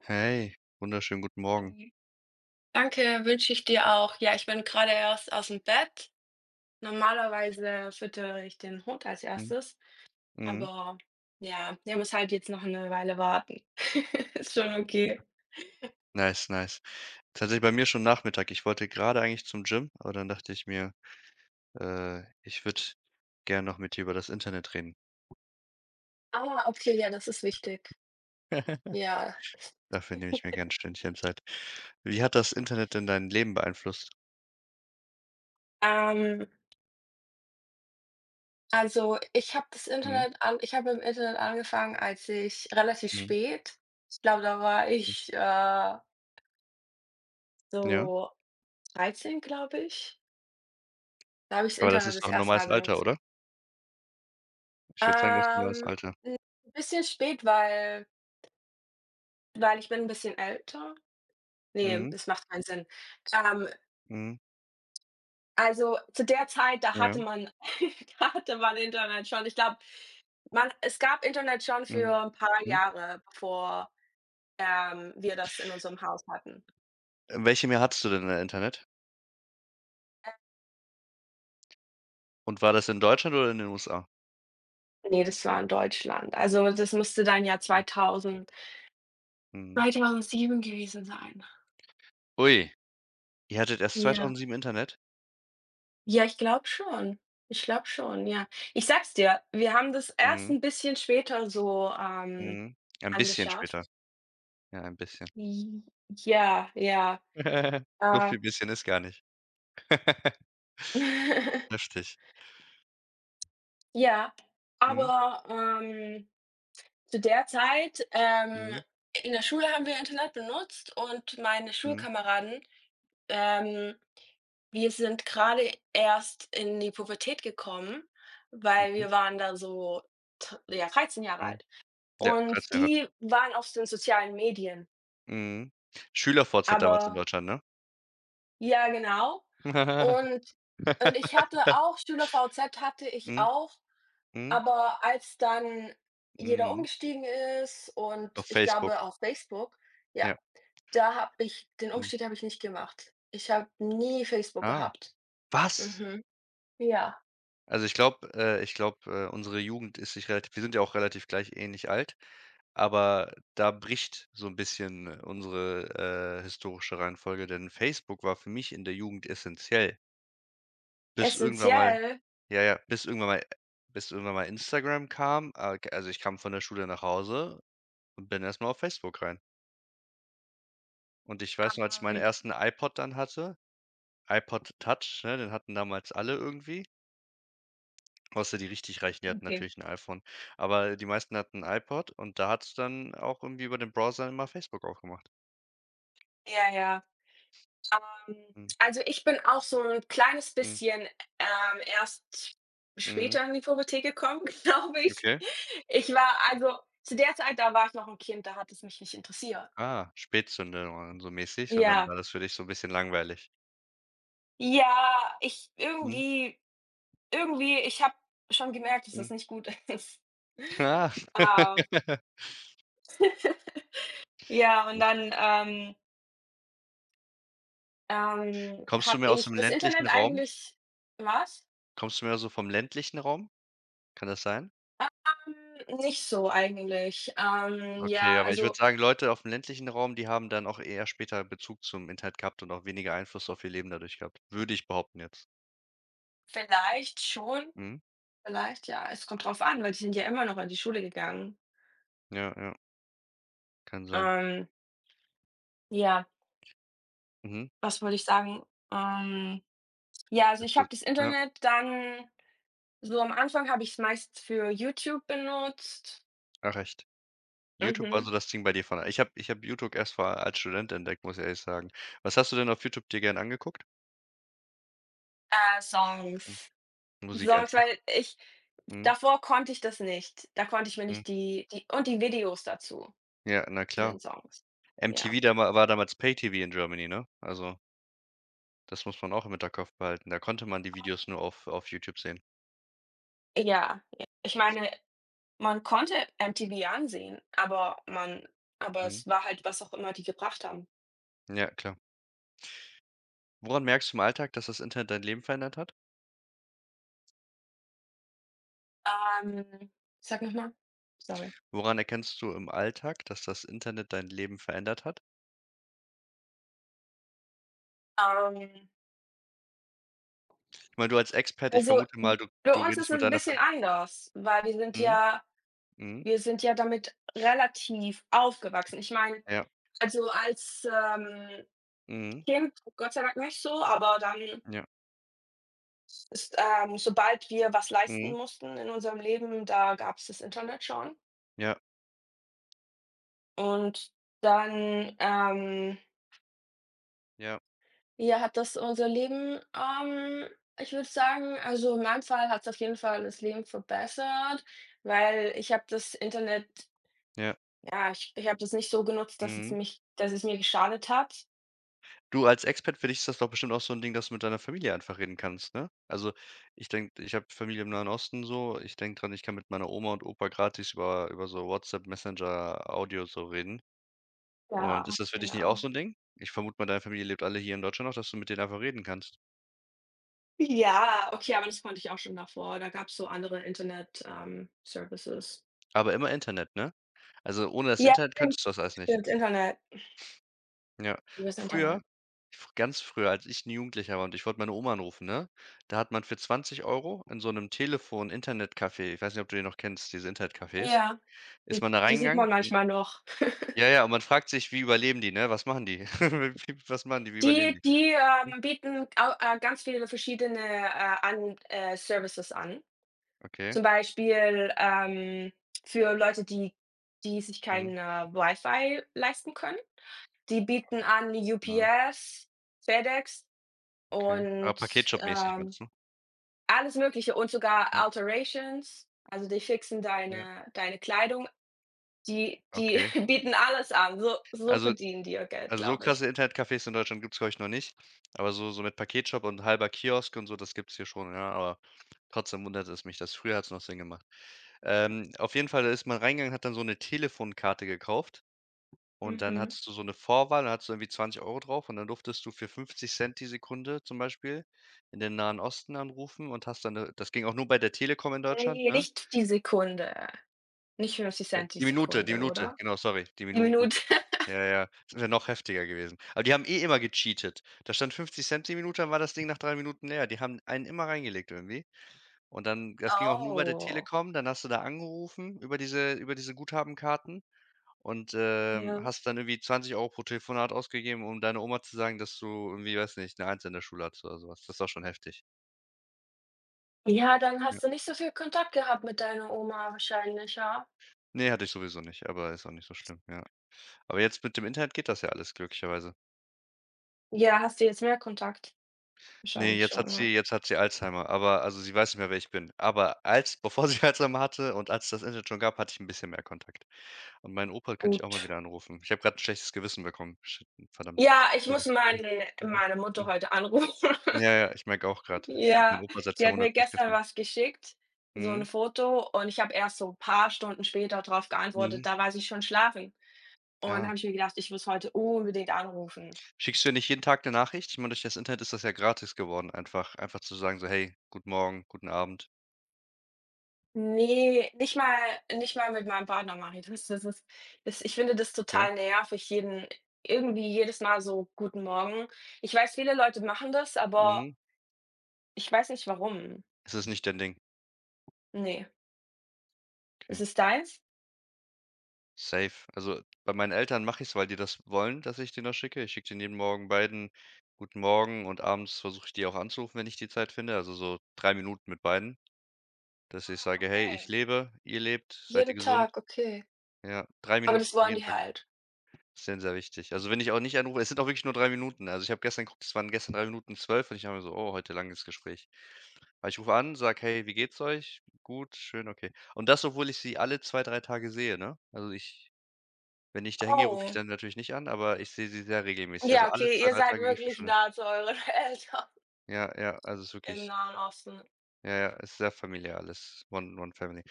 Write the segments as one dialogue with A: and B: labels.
A: Hey, wunderschönen guten Morgen.
B: Mhm. Danke, wünsche ich dir auch. Ja, ich bin gerade erst aus dem Bett. Normalerweise füttere ich den Hund als
A: Mhm,
B: Erstes,
A: mhm.
B: aber ja, der muss halt jetzt noch eine Weile warten. Ist schon okay.
A: Nice, nice. Tatsächlich bei mir schon Nachmittag. Ich wollte gerade eigentlich zum Gym, aber dann dachte ich mir, ich würde gern noch mit dir über das Internet reden.
B: Ah, okay, ja, das ist wichtig. Ja.
A: Dafür nehme ich mir gern 'n Stündchen Zeit. Wie hat das Internet denn dein Leben beeinflusst?
B: Ähm, also,
A: Mhm,
B: Ich habe im Internet angefangen, als ich relativ
A: mhm,
B: spät. Ich glaube, da war ich
A: ja.
B: so 13, glaube ich. Da habe ich das
A: Aber das
B: Internet
A: ist
B: das
A: doch 'n
B: erste
A: normales
B: Mal
A: Alter,
B: benutzt.
A: oder? Ich würde sagen, das ist 'n normales
B: Ähm,
A: Alter.
B: 'N bisschen spät, weil ich bin 'n bisschen älter. Ne,
A: Mhm,
B: das macht keinen Sinn. Ähm,
A: mhm,
B: also, zu der Zeit, da
A: ja,
B: hatte man da hatte man Internet schon. Ich glaube, man es gab Internet schon für
A: mhm.
B: 'n paar
A: Mhm.
B: Jahre, bevor wir das in unserem Haus hatten.
A: Welche mehr hattest du denn, Internet? Und war das in Deutschland oder in den USA?
B: Ne, das war in Deutschland. Also, das müsste dann ja
A: Mhm, mhm.
B: 2007 gewesen sein.
A: Ui. Ihr hattet erst
B: Ja.
A: 2007 Internet?
B: Ja, ich glaube schon. Ich glaube schon, ja. Ich sag's dir, wir haben das erst
A: Mhm,
B: ein bisschen später so,
A: mhm. Ein bisschen später.
B: angeschafft.
A: Ja, ein bisschen.
B: J ja,
A: So
B: äh,
A: viel bisschen ist gar nicht. Heftig.
B: ja,
A: Mhm,
B: aber, zu der Zeit,
A: mhm,
B: in der Schule haben wir Internet benutzt und meine
A: mhm,
B: Schulkameraden, ähm wir sind gerade erst in die Pubertät gekommen, weil
A: okay,
B: wir waren da so t ja, dreizehn Jahre
A: mhm.
B: alt.
A: Ja,
B: Und
A: 13 Jahre alt.
B: die waren auf den sozialen Medien,
A: Mhm. SchülerVZ damals in
B: aber
A: Deutschland, ne?
B: ja, genau. Und und ich hatte auch SchülerVZ hatte ich
A: Mhm,
B: auch,
A: mhm,
B: aber als dann jeder
A: mhm.
B: umgestiegen ist und
A: Auf
B: ich
A: Facebook,
B: glaube auf Facebook, ja,
A: ja,
B: da habe ich den
A: mhm.
B: Umstieg habe ich nicht gemacht. Ich habe nie Facebook
A: Ah,
B: gehabt.
A: was?
B: Mhm. Ja,
A: Also, ich glaube, unsere Jugend ist sich relativ wir sind ja auch relativ gleich ähnlich alt. Aber da bricht so ein bisschen unsere, historische Reihenfolge, denn Facebook war für mich in der Jugend essentiell. Bis irgendwann mal
B: essenziell.
A: Ja, ja, bis irgendwann mal Instagram kam. Ah, also, ich kam von der Schule nach Hause und bin erst mal auf Facebook rein. Und ich weiß noch, als ich meinen
B: Ähm,
A: ersten iPod dann hatte, iPod Touch, ne, den hatten damals alle irgendwie, außer die richtig Reichen, die hatten
B: okay.
A: natürlich ein iPhone. Aber die meisten hatten 'n iPod und da hattest du dann auch irgendwie über den Browser immer Facebook aufgemacht.
B: Ja, ja. Hm,
A: Mhm,
B: also, ich bin auch so ein kleines
A: mhm,
B: bisschen, erst
A: mhm.
B: später in die Pubertät gekommen, glaube ich.
A: Okay.
B: Ich war also, zu der Zeit, da war ich noch ein Kind, da hat es mich nicht interessiert.
A: Ah, Spätzünder so mäßig und dann
B: Ja.
A: war das für dich so 'n bisschen langweilig.
B: Ja, ich
A: Mhm,
B: irgendwie ich habe schon gemerkt, dass
A: mhm.
B: das nicht gut ist.
A: Ah.
B: Ah. Ja, und dann,
A: Kommst du
B: habe
A: mehr aus
B: ich
A: dem
B: das
A: ländlichen
B: Internet
A: Raum?
B: eigentlich. Was?
A: Kommst du mehr so vom ländlichen Raum? Kann das sein?
B: Hm, nicht so eigentlich.
A: Okay,
B: Ja,
A: aber ich würde
B: also
A: sagen, Leute auf'm ländlichen Raum, die haben dann auch eher später Bezug zum Internet gehabt und auch weniger Einfluss auf ihr Leben dadurch gehabt. Würde ich behaupten jetzt.
B: vielleicht schon,
A: Mhm.
B: vielleicht ja. Es kommt drauf an, weil die sind ja immer noch in die Schule gegangen.
A: Ja, ja, kann sein.
B: Ähm, ja,
A: Mhm.
B: was würde ich sagen? Ähm, ja, also
A: Dass
B: ich
A: du
B: habe das
A: Ja,
B: Internet dann so am Anfang habe ich es meist für YouTube benutzt.
A: ja, recht. YouTube war
B: Mhm.
A: so das Ding bei dir, von ich habe YouTube erst vor als Student entdeckt, muss ich ehrlich sagen. Was hast du denn auf YouTube dir gern angeguckt?
B: Ja, Songs.
A: Musik
B: Songs,
A: einfach.
B: weil ich
A: Mhm,
B: davor konnte ich das nicht. Da konnte ich mir
A: mhm.
B: nicht die und die Videos dazu,
A: Ja, na
B: zu
A: klar.
B: den Songs.
A: MTV
B: Ja.
A: dama war damals Pay-TV in Germany, ne? Also, das muss man auch im Hinterkopf behalten. Da konnte man die Videos nur auf YouTube sehen.
B: Ja, ja. Ich meine, man konnte MTV ansehen, aber man aber
A: Mhm.
B: es war halt, was auch immer die gebracht haben.
A: Ja, klar. Woran merkst du im Alltag, dass das Internet dein Leben verändert hat?
B: Ähm, sag noch mal? Sorry.
A: Woran erkennst du im Alltag, dass das Internet dein Leben verändert hat?
B: Ähm,
A: Ich meine, du als Expat, ich
B: also,
A: vermute mal, du
B: bei
A: du
B: uns ist es
A: redest mit
B: 'n
A: deiner Fa.
B: bisschen anders, weil wir sind
A: Mhm,
B: ja
A: mhm,
B: damit relativ aufgewachsen. Ich meine,
A: ja,
B: also, als,
A: mhm,
B: Kind Gott sei Dank nicht so, aber dann
A: ja,
B: ist sobald wir was leisten
A: mhm,
B: mussten in unserem Leben, da gab's das Internet schon.
A: ja,
B: Und dann,
A: ja,
B: ja, hat das unser Leben, ich würde sagen, also in meinem Fall hat es auf jeden Fall das Leben verbessert, weil ich habe das Internet
A: ja,
B: ja, ich habe das nicht so genutzt,
A: mhm.
B: dass es mir geschadet hat.
A: Du, als Expat, für dich ist das doch bestimmt auch so 'n Ding, dass du mit deiner Familie einfach reden kannst, ne? Also, ich denke, ich habe Familie im Nahen Osten so. Ich denke dran, ich kann mit meiner Oma und Opa gratis über so WhatsApp Messenger Audio so reden. Und
B: Ja,
A: ist das für dich nicht auch
B: genau.
A: so 'n Ding? Ich vermute mal, deine Familie lebt alle hier in Deutschland noch, dass du mit denen einfach reden kannst.
B: Ja, okay, aber das konnte ich auch schon davor. Da gab's so andere Internet, Services.
A: Aber immer Internet, ne? Also, ohne das
B: Ja,
A: Internet
B: stimmt.
A: könntest du das alles nicht.
B: Stimmt, Internet.
A: Ja.
B: Übers
A: Früher,
B: Internet.
A: fr ganz früher, als ich 'n Jugendlicher war und ich wollte meine Oma anrufen, ne? Da hat man für 20 Euro in so 'nem Telefon-Internetcafé, ich weiß nicht, ob du die noch kennst, diese Internetcafés,
B: Ja,
A: ist
B: die
A: man da
B: die sieht
A: reingegangen.
B: man
A: Dann
B: manchmal noch.
A: ja, ja, und man fragt sich, wie überleben die, ne? Was machen die? Wie, was machen die? Wie überleben
B: Die
A: die?
B: die,
A: Hm,
B: ähm, bieten au ganz viele verschiedene, an Services an.
A: okay.
B: Zum Beispiel, für Leute, die sich
A: Mhm.
B: kein, Wi-Fi leisten können. Die bieten an
A: Ja,
B: UPS, FedEx
A: okay. Aber
B: und,
A: Paketshop-mäßig meinst du?
B: alles Mögliche und sogar
A: Ja,
B: Alterations. Also, die fixen
A: ja,
B: deine Kleidung. Die die
A: okay.
B: bieten alles an. So
A: Also
B: verdienen die ihr Geld,
A: also so
B: glaube ich.
A: krasse Internetcafés in Deutschland gibt es, glaube ich, noch nicht, aber so mit Paketshop und halber Kiosk und so, das gibt es hier schon, ja, aber trotzdem wundert es mich, dass früher hat es noch Sinn gemacht. Auf jeden Fall, da ist man reingegangen, hat dann so eine Telefonkarte gekauft. Und dann
B: Mhm.
A: hattest du so eine Vorwahl, da hattest du irgendwie 20 Euro drauf und dann durftest du für 50 Cent die Sekunde zum Beispiel in den Nahen Osten anrufen und hast dann das ging auch nur bei der Telekom in Deutschland,
B: Ne,
A: ne?
B: nicht die Sekunde. Nicht 50
A: Äh,
B: Cent die
A: die Minute die
B: Sekunde,
A: Minute,
B: oder?
A: genau, sorry, die
B: Die Minute.
A: Minute. Ja, ja, das wäre noch heftiger gewesen. Aber die haben eh immer gecheatet. Da stand 50 Cent die Minute, dann war das Ding nach 3 Minuten leer. Die haben einen immer reingelegt irgendwie. Und dann das ging auch nur bei der
B: Oh.
A: Telekom, dann hast du da angerufen über diese Guthabenkarten. Und,
B: Ja.
A: hast dann irgendwie 20 Euro pro Telefonat ausgegeben, um deiner Oma zu sagen, dass du, irgendwie, weiß nicht, eine Eins in der Schule hattest oder sowas. Das ist doch schon heftig.
B: Ja, dann
A: Ja.
B: hast du nicht so viel Kontakt gehabt mit deiner Oma wahrscheinlich, ja?
A: Ne, hatte ich sowieso nicht, aber ist auch nicht so schlimm, ja. Aber jetzt mit dem Internet geht das ja alles glücklicherweise.
B: Ja, hast du jetzt mehr Kontakt?
A: Ne,
B: Wahrscheinlich
A: jetzt hat
B: schon, ja.
A: sie jetzt hat sie Alzheimer, aber also, sie weiß nicht mehr, wer ich bin. Aber als bevor sie Alzheimer hatte und als es das Internet schon gab, hatte ich ein bisschen mehr Kontakt. Und meinen Opa könnte ich auch mal
B: Gut.
A: wieder anrufen. Ich habe gerade ein schlechtes Gewissen bekommen. Shit, verdammt.
B: Ja, ich muss
A: Egal. Ja.
B: meine
A: Mhm.
B: meine Mutter
A: Hm.
B: heute anrufen.
A: Ja, ja, ich merke auch gerade, ich habe meinen
B: Ja,
A: Opa seit
B: sie
A: 2
B: hat mir
A: Monaten nicht
B: gestern
A: gefunden.
B: was geschickt, so 'n
A: Mhm.
B: Foto und ich habe erst so paar Stunden später drauf
A: Mhm,
B: geantwortet, da war sie schon schlafen. Und dann
A: ja.
B: habe ich mir gedacht, ich muss heute unbedingt anrufen.
A: Schickst du ihr nicht jeden Tag 'ne Nachricht? Ich meine, durch das Internet ist das ja gratis geworden, einfach zu sagen so: „Hey, guten Morgen, guten Abend."
B: Nee, nicht mal mit meinem Partner mache ich das. Das ist das ich finde das
A: Okay.
B: total nervig, jeden irgendwie jedes Mal so: „Guten Morgen." Ich weiß, viele Leute machen das, aber
A: Mhm.
B: ich weiß nicht warum.
A: Es ist nicht dein Ding.
B: Ne.
A: Okay,
B: Ist es deins?
A: safe. Also, bei meinen Eltern mache ich's, weil die das wollen, dass ich denen das schicke. Ich schicke denen jeden Morgen beiden guten Morgen, und abends versuche ich die auch anzurufen, wenn ich die Zeit finde, also so 3 Minuten mit beiden, dass ich sage: „Hey, ich
B: Okay.
A: lebe, ihr lebt, seid ihr
B: Jeden
A: gesund?"
B: Tag, okay.
A: Ja, 3
B: Aber
A: Minuten
B: das wollen
A: jeden
B: die
A: Tag.
B: halt.
A: Ist denen sehr wichtig. Also, wenn ich auch nicht anrufe, es sind auch wirklich nur 3 Minuten. Also, ich habe gestern geguckt, es waren gestern 3:12 und ich habe mir so: „Oh, heute langes Gespräch." Aber ich rufe an, sage: „Hey, wie geht's euch? Gut, schön, okay." Und das, obwohl ich sie alle 2 3 Tage sehe, ne? Also, ich wenn ich da hingehe, rufe ich
B: Oh.
A: dann natürlich nicht an, aber ich sehe sie sehr regelmäßig. Also,
B: Ja,
A: alle
B: okay,
A: 2
B: ihr
A: 3
B: seid
A: Tage gehe ich
B: wirklich
A: schon hin.
B: nah zu euren Eltern
A: Ja, ja, also, es ist
B: im
A: wirklich,
B: Nahen Osten.
A: ja, ja, es ist sehr familiär alles. One one family.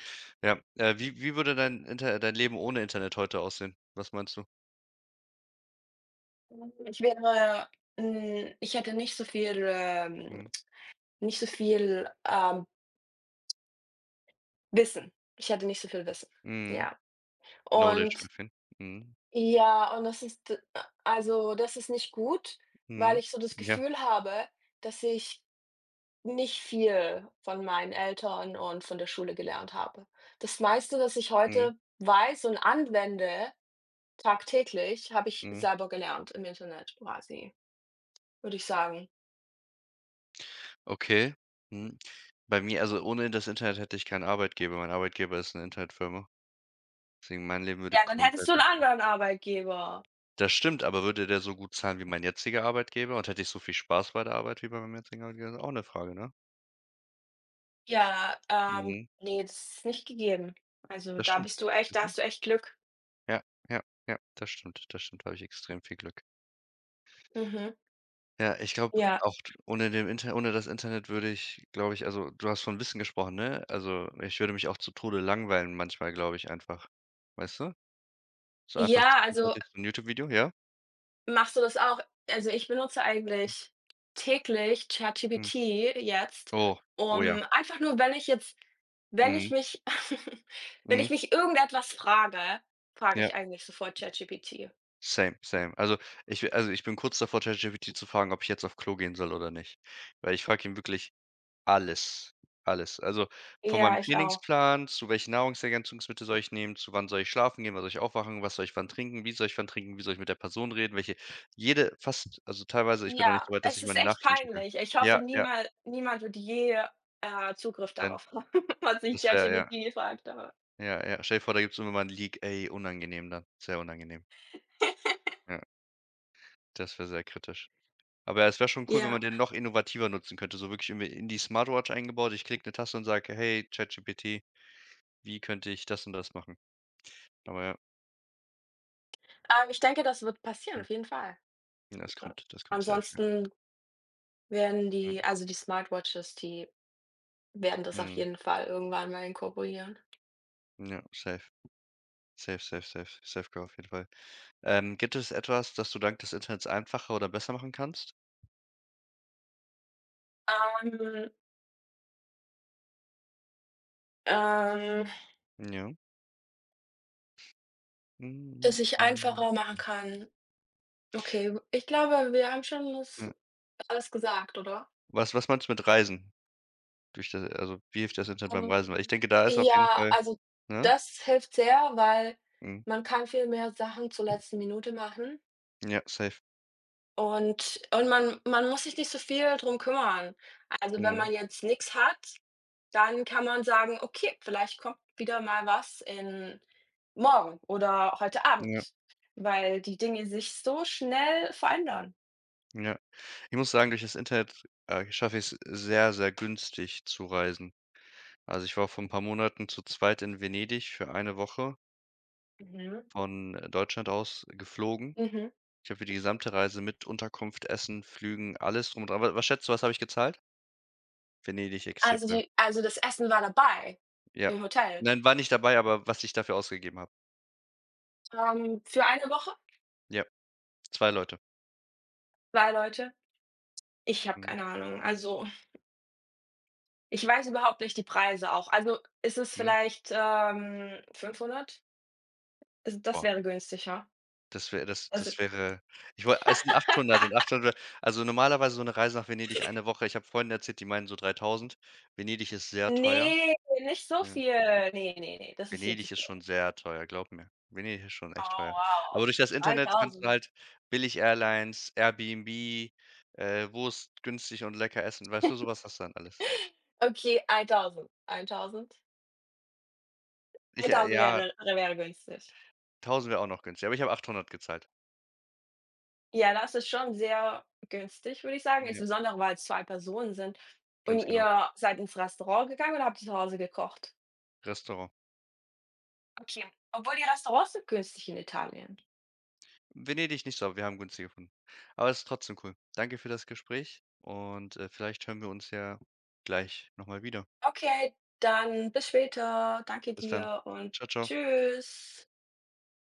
A: Ja, wie würde dein Leben ohne Internet heute aussehen? Was meinst du?
B: Hm, ich wäre ich hätte nicht so viel, ähm
A: Mhm.
B: nicht so viel, ähm, Wissen. Ich hatte nicht so viel Wissen,
A: Mhm.
B: ja.
A: No.
B: Und
A: Mhm. Mhm.
B: ja, und das ist d also, das ist nicht gut, weil
A: Mhm.
B: ich so das
A: Ja.
B: Gefühl habe, dass ich nicht viel von meinen Eltern und von der Schule gelernt habe. Das meiste, das ich
A: Mhm.
B: heute weiß und anwende tagtäglich, habe ich
A: Mhm.
B: selber gelernt im Internet quasi, würde ich sagen.
A: Okay. Mhm. Bei mir, also, ohne das Internet hätte ich keinen Arbeitgeber. Mein Arbeitgeber ist eine Internetfirma. Deswegen, mein Leben würde
B: Ja, dann hättest du
A: komplett
B: einen
A: anders sein.
B: anderen Arbeitgeber.
A: Das stimmt, aber würde der so gut zahlen wie mein jetziger Arbeitgeber und hätte ich so viel Spaß bei der Arbeit wie bei meinem jetzigen Arbeitgeber? Ist auch eine Frage, ne?
B: Ja,
A: Mhm.
B: ne, das ist nicht gegeben. Also,
A: Das stimmt. Siehst
B: da
A: du?
B: hast du echt Glück.
A: Ja, ja, ja, das stimmt. Das stimmt. Da habe ich extrem viel Glück.
B: Mhm.
A: Ja, ich glaube
B: Ja.
A: auch, d ohne das Internet würde ich, glaube ich, also, du hast von Wissen gesprochen, ne? Also, ich würde mich auch zu Tode langweilen manchmal, glaube ich einfach. Weißt du? So einfach
B: Ja, also
A: zwischenzeitlich so ein YouTube-Video, ja?
B: machst du das auch? Also, ich benutze
A: Mhm,
B: eigentlich täglich
A: mhm.
B: ChatGPT jetzt,
A: Oh, oh ja.
B: um einfach nur, wenn
A: Mhm,
B: ich mich wenn
A: mhm.
B: ich mich irgendetwas frage, frage
A: Ja,
B: ich eigentlich sofort ChatGPT.
A: same, same. Also, ich wi also, ich bin kurz davor, ChatGPT zu fragen, ob ich jetzt auf Klo gehen soll oder nicht. Weil ich frage ihn wirklich alles, alles. Also, von meinem
B: Ja, ich auch.
A: Trainingsplan zu welchen Nahrungsergänzungsmittel soll ich nehmen, zu wann soll ich schlafen gehen, wann soll ich aufwachen, was soll ich wann trinken, wie soll ich wann trinken, wie soll ich mit der Person reden, welche, jede, fast also, teilweise, ich bin noch nicht
B: Ja,
A: so weit, dass
B: es
A: ich
B: ist
A: meine
B: echt
A: Nachrichten checke.
B: peinlich. Ich hoffe,
A: Ja, ja,
B: niemand, niemand wird je, Zugriff
A: denn
B: darauf haben, was ich
A: das wäre,
B: ChatGPT
A: ja,
B: gefragt habe.
A: ja, ja. Stell dir vor, da gibt's immer mal ein Leak, ey, unangenehm dann, sehr unangenehm. Ja, das wäre sehr kritisch. Aber ja, es wäre schon cool, wenn man
B: Ja,
A: den noch innovativer nutzen könnte, so wirklich irgendwie in die Smartwatch eingebaut. Ich klicke eine Taste und sage: „Hey, ChatGPT, wie könnte ich das und das machen?" Aber ja.
B: ich denke, das wird passieren, auf jeden Fall.
A: Ja, Das
B: Ja.
A: kommt das kommt safe, ja.
B: Ansonsten Werden
A: Ja,
B: die also die Smartwatches, die werden das auf
A: mhm.
B: jeden Fall irgendwann mal inkorporieren?
A: Ja, safe. Safe, safe, safe. Safe Girl auf jeden Fall. Gibt es etwas, das du dank des Internets einfacher oder besser machen kannst?
B: Ähm, ähm,
A: Ja. Mhm,
B: dass ich
A: mhm,
B: einfacher machen kann. Okay, ich glaube, wir haben schon das
A: ja.
B: alles gesagt, oder?
A: Was meinst du mit Reisen? Durch das Also, wie hilft das Internet beim Reisen? Weil ich
B: Ähm,
A: denke, da ist auf jeden
B: ja,
A: Fall,
B: also
A: ne?
B: das hilft sehr, weil
A: Mhm.
B: man kann viel mehr Sachen zur letzten Minute machen
A: Ja, safe.
B: und man muss sich nicht so viel drum kümmern. Also, wenn
A: Mhm.
B: man jetzt nichts hat. Dann kann man sagen: „Okay, vielleicht kommt wieder mal was in morgen oder heute
A: Ja,
B: Abend", weil die Dinge sich so schnell verändern.
A: ja. Ich muss sagen, durch das Internet, schaffe ich es sehr, sehr günstig zu reisen. Also, ich war vor ein paar Monaten zu zweit in Venedig für eine Woche
B: Mhm.
A: von Deutschland aus geflogen.
B: Mhm.
A: Ich habe für die gesamte Reise mit Unterkunft, Essen, Flügen, alles drum und dran. Wa Was schätzt du, was habe ich gezahlt? Venedig extrem
B: Also,
A: teuer.
B: das Essen war dabei
A: Ja.
B: im Hotel,
A: Nein, war nicht dabei, aber was ich dafür ausgegeben habe.
B: für eine Woche,
A: Ja, 2 Leute.
B: 2 Leute. Ich habe
A: Mhm,
B: keine Ahnung. Also, ich weiß überhaupt nicht die Preise auch. Also, ist es
A: mhm.
B: vielleicht, 500? Also, das
A: Boah,
B: wäre günstiger.
A: das
B: Also
A: das wäre, ich woll es sind 800 und 800. Also, normalerweise so 'ne Reise nach Venedig, eine Woche, ich habe Freunden erzählt, die meinen so 3.000. Venedig ist sehr teuer.
B: nee, nicht so
A: Ja.
B: viel. Ne, ne, ne, das ist jetzt.
A: Venedig ist schon sehr teuer, glaub mir. Venedig ist schon echt
B: Oh,
A: teuer. Aber
B: wow.
A: durch das Internet kannst du
B: 3.000.
A: halt Billig-Airlines, Airbnb, wo ist günstig und lecker essen, weißt du, so was hast du dann alles.
B: Okay, 1.000, 1.000.
A: Ich
B: 1.000
A: Ja,
B: wäre günstig.
A: 1.000 wäre auch noch günstig, aber ich habe 800 gezahlt.
B: Ja, das ist schon sehr günstig, würde ich sagen,
A: Ja,
B: insbesondere weil es 2 Personen sind. Und
A: ganz genau,
B: ihr seid ins Restaurant gegangen oder habt ihr zu Hause gekocht?
A: Restaurant.
B: Okay, obwohl die Restaurants sind günstig in Italien.
A: Venedig nicht so, aber wir haben günstig gefunden. Aber es ist trotzdem cool. Danke für das Gespräch und, vielleicht hören wir uns ja gleich noch mal wieder.
B: Okay, dann bis später. Danke
A: Bis dann.
B: dir und
A: Ciao ciao.
B: tschüss.